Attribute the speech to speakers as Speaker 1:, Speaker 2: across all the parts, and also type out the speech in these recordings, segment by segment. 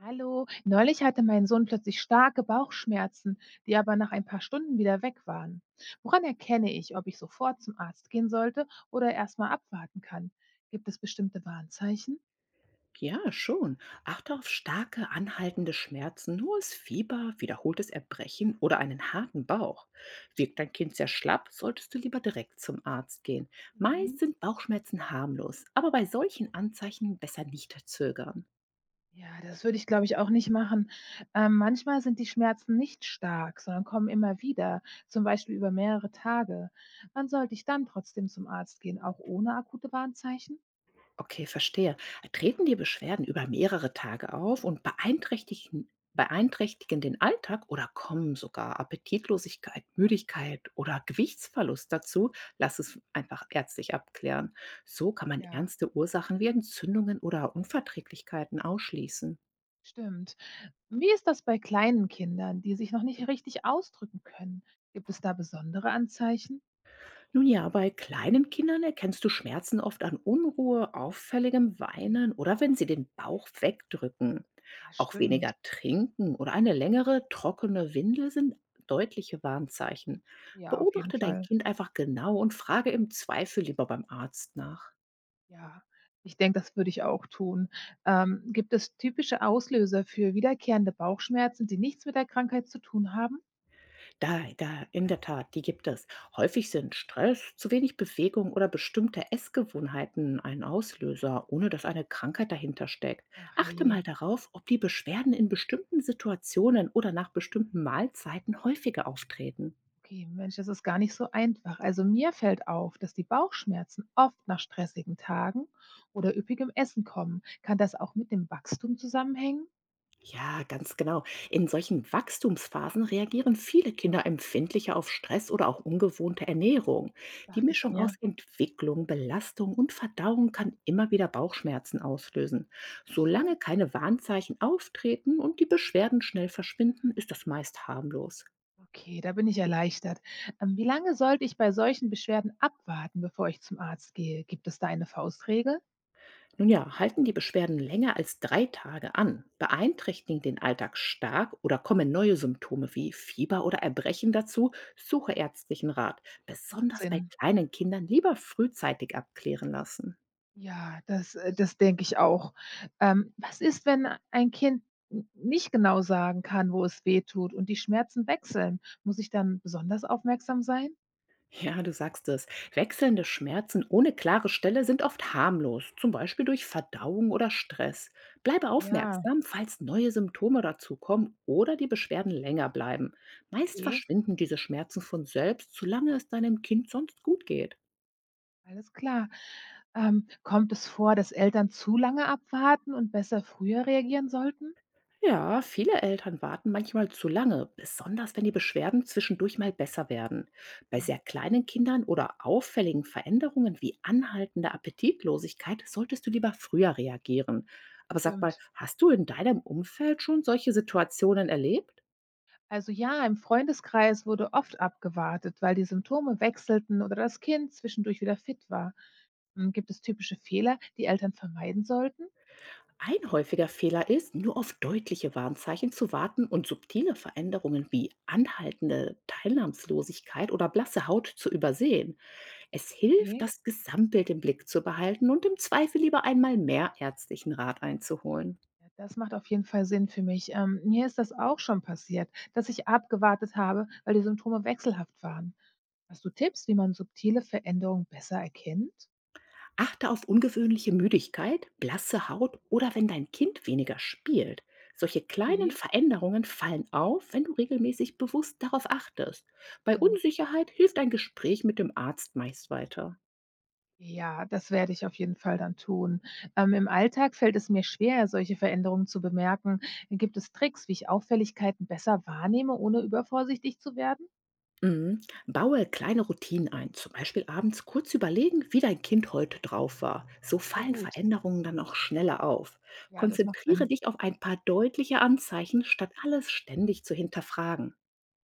Speaker 1: Hallo, neulich hatte mein Sohn plötzlich starke Bauchschmerzen, die aber nach ein paar Stunden wieder weg waren. Woran erkenne ich, ob ich sofort zum Arzt gehen sollte oder erstmal abwarten kann? Gibt es bestimmte Warnzeichen?
Speaker 2: Ja, schon. Achte auf starke, anhaltende Schmerzen, hohes Fieber, wiederholtes Erbrechen oder einen harten Bauch. Wirkt dein Kind sehr schlapp, solltest du lieber direkt zum Arzt gehen. Meist
Speaker 1: Mhm.
Speaker 2: sind Bauchschmerzen harmlos, aber bei solchen Anzeichen besser nicht zögern.
Speaker 1: Ja, das würde ich, glaube ich, auch nicht machen. Manchmal sind die Schmerzen nicht stark, sondern kommen immer wieder, zum Beispiel über mehrere Tage. Wann sollte ich dann trotzdem zum Arzt gehen, auch ohne akute Warnzeichen?
Speaker 2: Okay, verstehe. Treten die Beschwerden über mehrere Tage auf und beeinträchtigen den Alltag oder kommen sogar Appetitlosigkeit, Müdigkeit oder Gewichtsverlust dazu? Lass es einfach ärztlich abklären. So kann man
Speaker 1: Ja,
Speaker 2: ernste Ursachen wie Entzündungen oder Unverträglichkeiten ausschließen.
Speaker 1: stimmt. Wie ist das bei kleinen Kindern, die sich noch nicht richtig ausdrücken können? Gibt es da besondere Anzeichen?
Speaker 2: Nun ja, bei kleinen Kindern erkennst du Schmerzen oft an Unruhe, auffälligem
Speaker 1: Hm.
Speaker 2: Weinen oder wenn sie den Bauch wegdrücken.
Speaker 1: Ja,
Speaker 2: Auch
Speaker 1: stimmt.
Speaker 2: weniger trinken oder eine längere, trockene Windel sind deutliche Warnzeichen.
Speaker 1: Ja, auf jeden
Speaker 2: Beobachte dein
Speaker 1: Fall.
Speaker 2: Kind einfach genau und frage im Zweifel lieber beim Arzt nach.
Speaker 1: Ja, ich denke, das würde ich auch tun. Gibt es typische Auslöser für wiederkehrende Bauchschmerzen, die nichts mit der Krankheit zu tun haben?
Speaker 2: Da in der Tat, die gibt es. Häufig sind Stress, zu wenig Bewegung oder bestimmte Essgewohnheiten ein Auslöser, ohne dass eine Krankheit dahinter steckt.
Speaker 1: Ach
Speaker 2: Achte
Speaker 1: herrje.
Speaker 2: mal darauf, ob die Beschwerden in bestimmten Situationen oder nach bestimmten Mahlzeiten häufiger auftreten.
Speaker 1: Okay, Mensch, das ist gar nicht so einfach. Also mir fällt auf, dass die Bauchschmerzen oft nach stressigen Tagen oder üppigem Essen kommen. Kann das auch mit dem Wachstum zusammenhängen?
Speaker 2: Ja, ganz genau. In solchen Wachstumsphasen reagieren viele Kinder empfindlicher auf Stress oder auch ungewohnte Ernährung. Die
Speaker 1: Dachte ich
Speaker 2: Mischung aus
Speaker 1: mir.
Speaker 2: Entwicklung, Belastung und Verdauung kann immer wieder Bauchschmerzen auslösen.
Speaker 1: Ach so.
Speaker 2: Solange keine Warnzeichen auftreten und die Beschwerden schnell verschwinden, ist das meist harmlos.
Speaker 1: Okay, da bin ich erleichtert. Wie lange sollte ich bei solchen Beschwerden abwarten, bevor ich zum Arzt gehe? Gibt es da eine Faustregel?
Speaker 2: Nun ja, halten die Beschwerden länger als 3 Tage an, beeinträchtigen den Alltag stark oder kommen neue Symptome wie Fieber oder Erbrechen dazu, suche ärztlichen Rat.
Speaker 1: Macht
Speaker 2: Besonders bei
Speaker 1: Sinn.
Speaker 2: kleinen Kindern lieber frühzeitig abklären lassen.
Speaker 1: Ja, das, das denke ich auch. Was ist, wenn ein Kind nicht genau sagen kann, wo es weh tut und die Schmerzen wechseln? Muss ich dann besonders aufmerksam sein?
Speaker 2: Ja, du sagst es. Wechselnde Schmerzen ohne klare Stelle sind oft harmlos, zum Beispiel durch Verdauung oder Stress. Bleibe
Speaker 1: Ja,
Speaker 2: aufmerksam, falls neue Symptome dazukommen oder die Beschwerden länger bleiben. Meist
Speaker 1: okay,
Speaker 2: verschwinden diese Schmerzen von selbst, solange es deinem Kind sonst gut geht.
Speaker 1: alles klar. Kommt es vor, dass Eltern zu lange abwarten und besser früher reagieren sollten?
Speaker 2: Ja, viele Eltern warten manchmal zu lange, besonders wenn die Beschwerden zwischendurch mal besser werden. Bei
Speaker 1: Hm,
Speaker 2: sehr kleinen Kindern oder auffälligen Veränderungen wie anhaltender Appetitlosigkeit solltest du lieber früher reagieren. Aber sag mal,
Speaker 1: stimmt.
Speaker 2: hast du in deinem Umfeld schon solche Situationen erlebt?
Speaker 1: Also ja, im Freundeskreis wurde oft abgewartet, weil die Symptome wechselten oder das Kind zwischendurch wieder fit war. Hm, gibt es typische Fehler, die Eltern vermeiden sollten?
Speaker 2: Ein häufiger Fehler ist, nur auf deutliche Warnzeichen zu warten und subtile Veränderungen wie anhaltende Teilnahmslosigkeit oder blasse Haut zu übersehen. Es hilft,
Speaker 1: Okay.
Speaker 2: das Gesamtbild im Blick zu behalten und im Zweifel lieber einmal mehr ärztlichen Rat einzuholen.
Speaker 1: Ja, das macht auf jeden Fall Sinn für mich. Mir ist das auch schon passiert, dass ich abgewartet habe, weil die Symptome wechselhaft waren. Hast du Tipps, wie man subtile Veränderungen besser erkennt?
Speaker 2: Achte auf ungewöhnliche Müdigkeit, blasse Haut oder wenn dein Kind weniger spielt. Solche kleinen
Speaker 1: Okay.
Speaker 2: Veränderungen fallen auf, wenn du regelmäßig bewusst darauf achtest. Bei Unsicherheit hilft ein Gespräch mit dem Arzt meist weiter.
Speaker 1: Ja, das werde ich auf jeden Fall dann tun. Im Alltag fällt es mir schwer, solche Veränderungen zu bemerken. Gibt es Tricks, wie ich Auffälligkeiten besser wahrnehme, ohne übervorsichtig zu werden?
Speaker 2: Mhm. Baue kleine Routinen ein, zum Beispiel abends kurz überlegen, wie dein Kind heute drauf war. So
Speaker 1: Okay,
Speaker 2: fallen
Speaker 1: gut.
Speaker 2: Veränderungen dann auch schneller auf.
Speaker 1: Ja, das macht
Speaker 2: Konzentriere
Speaker 1: Sinn.
Speaker 2: dich auf ein paar deutliche Anzeichen, statt alles ständig zu hinterfragen.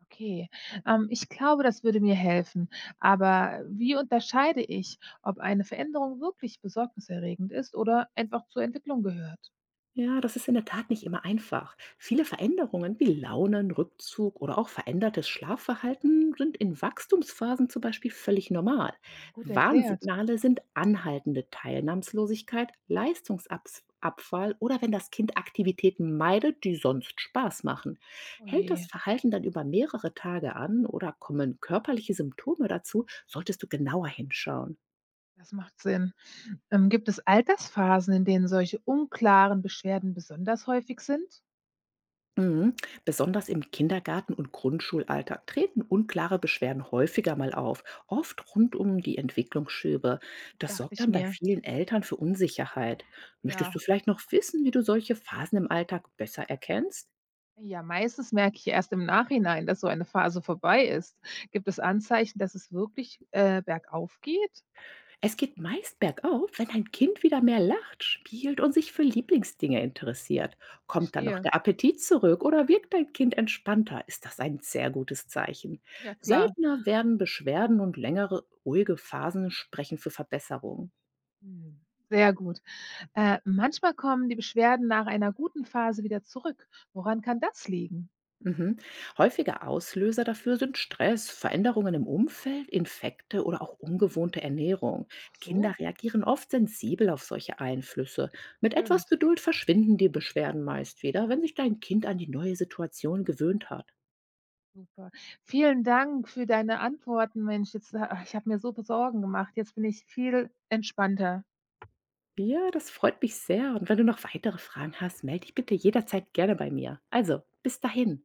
Speaker 1: Okay. Ich glaube, das würde mir helfen. Aber wie unterscheide ich, ob eine Veränderung wirklich besorgniserregend ist oder einfach zur Entwicklung gehört?
Speaker 2: Ja, das ist in der Tat nicht immer einfach. Viele Veränderungen wie Launen, Rückzug oder auch verändertes Schlafverhalten sind in Wachstumsphasen zum Beispiel völlig normal.
Speaker 1: Ah, gut erklärt.
Speaker 2: Warnsignale sind anhaltende Teilnahmslosigkeit, Leistungsabfall oder wenn das Kind Aktivitäten meidet, die sonst Spaß machen.
Speaker 1: Oh
Speaker 2: Hält das
Speaker 1: je,
Speaker 2: Verhalten dann über mehrere Tage an oder kommen körperliche Symptome dazu, solltest du genauer hinschauen.
Speaker 1: das macht Sinn. Gibt es Altersphasen, in denen solche unklaren Beschwerden besonders häufig sind?
Speaker 2: Mhm. Besonders im Kindergarten und Grundschulalltag treten unklare Beschwerden häufiger mal auf, oft rund um die Entwicklungsschübe. Das
Speaker 1: Dachte
Speaker 2: sorgt
Speaker 1: ich
Speaker 2: dann bei
Speaker 1: mir.
Speaker 2: vielen Eltern für Unsicherheit. Möchtest du
Speaker 1: Ja.
Speaker 2: vielleicht noch wissen, wie du solche Phasen im Alltag besser erkennst?
Speaker 1: Ja, meistens merke ich erst im Nachhinein, dass so eine Phase vorbei ist. Gibt es Anzeichen, dass es wirklich, bergauf geht?
Speaker 2: Es geht meist bergauf, wenn ein Kind wieder mehr lacht, spielt und sich für Lieblingsdinge interessiert. Kommt dann noch
Speaker 1: Verstehe.
Speaker 2: der Appetit zurück oder wirkt dein Kind entspannter, ist das ein sehr gutes Zeichen.
Speaker 1: Ja klar.
Speaker 2: Seltener werden Beschwerden und längere ruhige Phasen sprechen für Verbesserungen.
Speaker 1: Mhm. Sehr gut. Manchmal kommen die Beschwerden nach einer guten Phase wieder zurück. Woran kann das liegen?
Speaker 2: Mhm. Häufige Auslöser dafür sind Stress, Veränderungen im Umfeld, Infekte oder auch ungewohnte Ernährung.
Speaker 1: Ach so,
Speaker 2: Kinder reagieren oft sensibel auf solche Einflüsse. Mit etwas
Speaker 1: stimmt.
Speaker 2: Geduld verschwinden die Beschwerden meist wieder, wenn sich dein Kind an die neue Situation gewöhnt hat.
Speaker 1: Super. Vielen Dank für deine Antworten, Mensch. Jetzt, ich habe mir so Sorgen gemacht. Jetzt bin ich viel entspannter.
Speaker 2: Ja, das freut mich sehr. Und wenn du noch weitere Fragen hast, melde dich bitte jederzeit gerne bei mir. Also, bis dahin.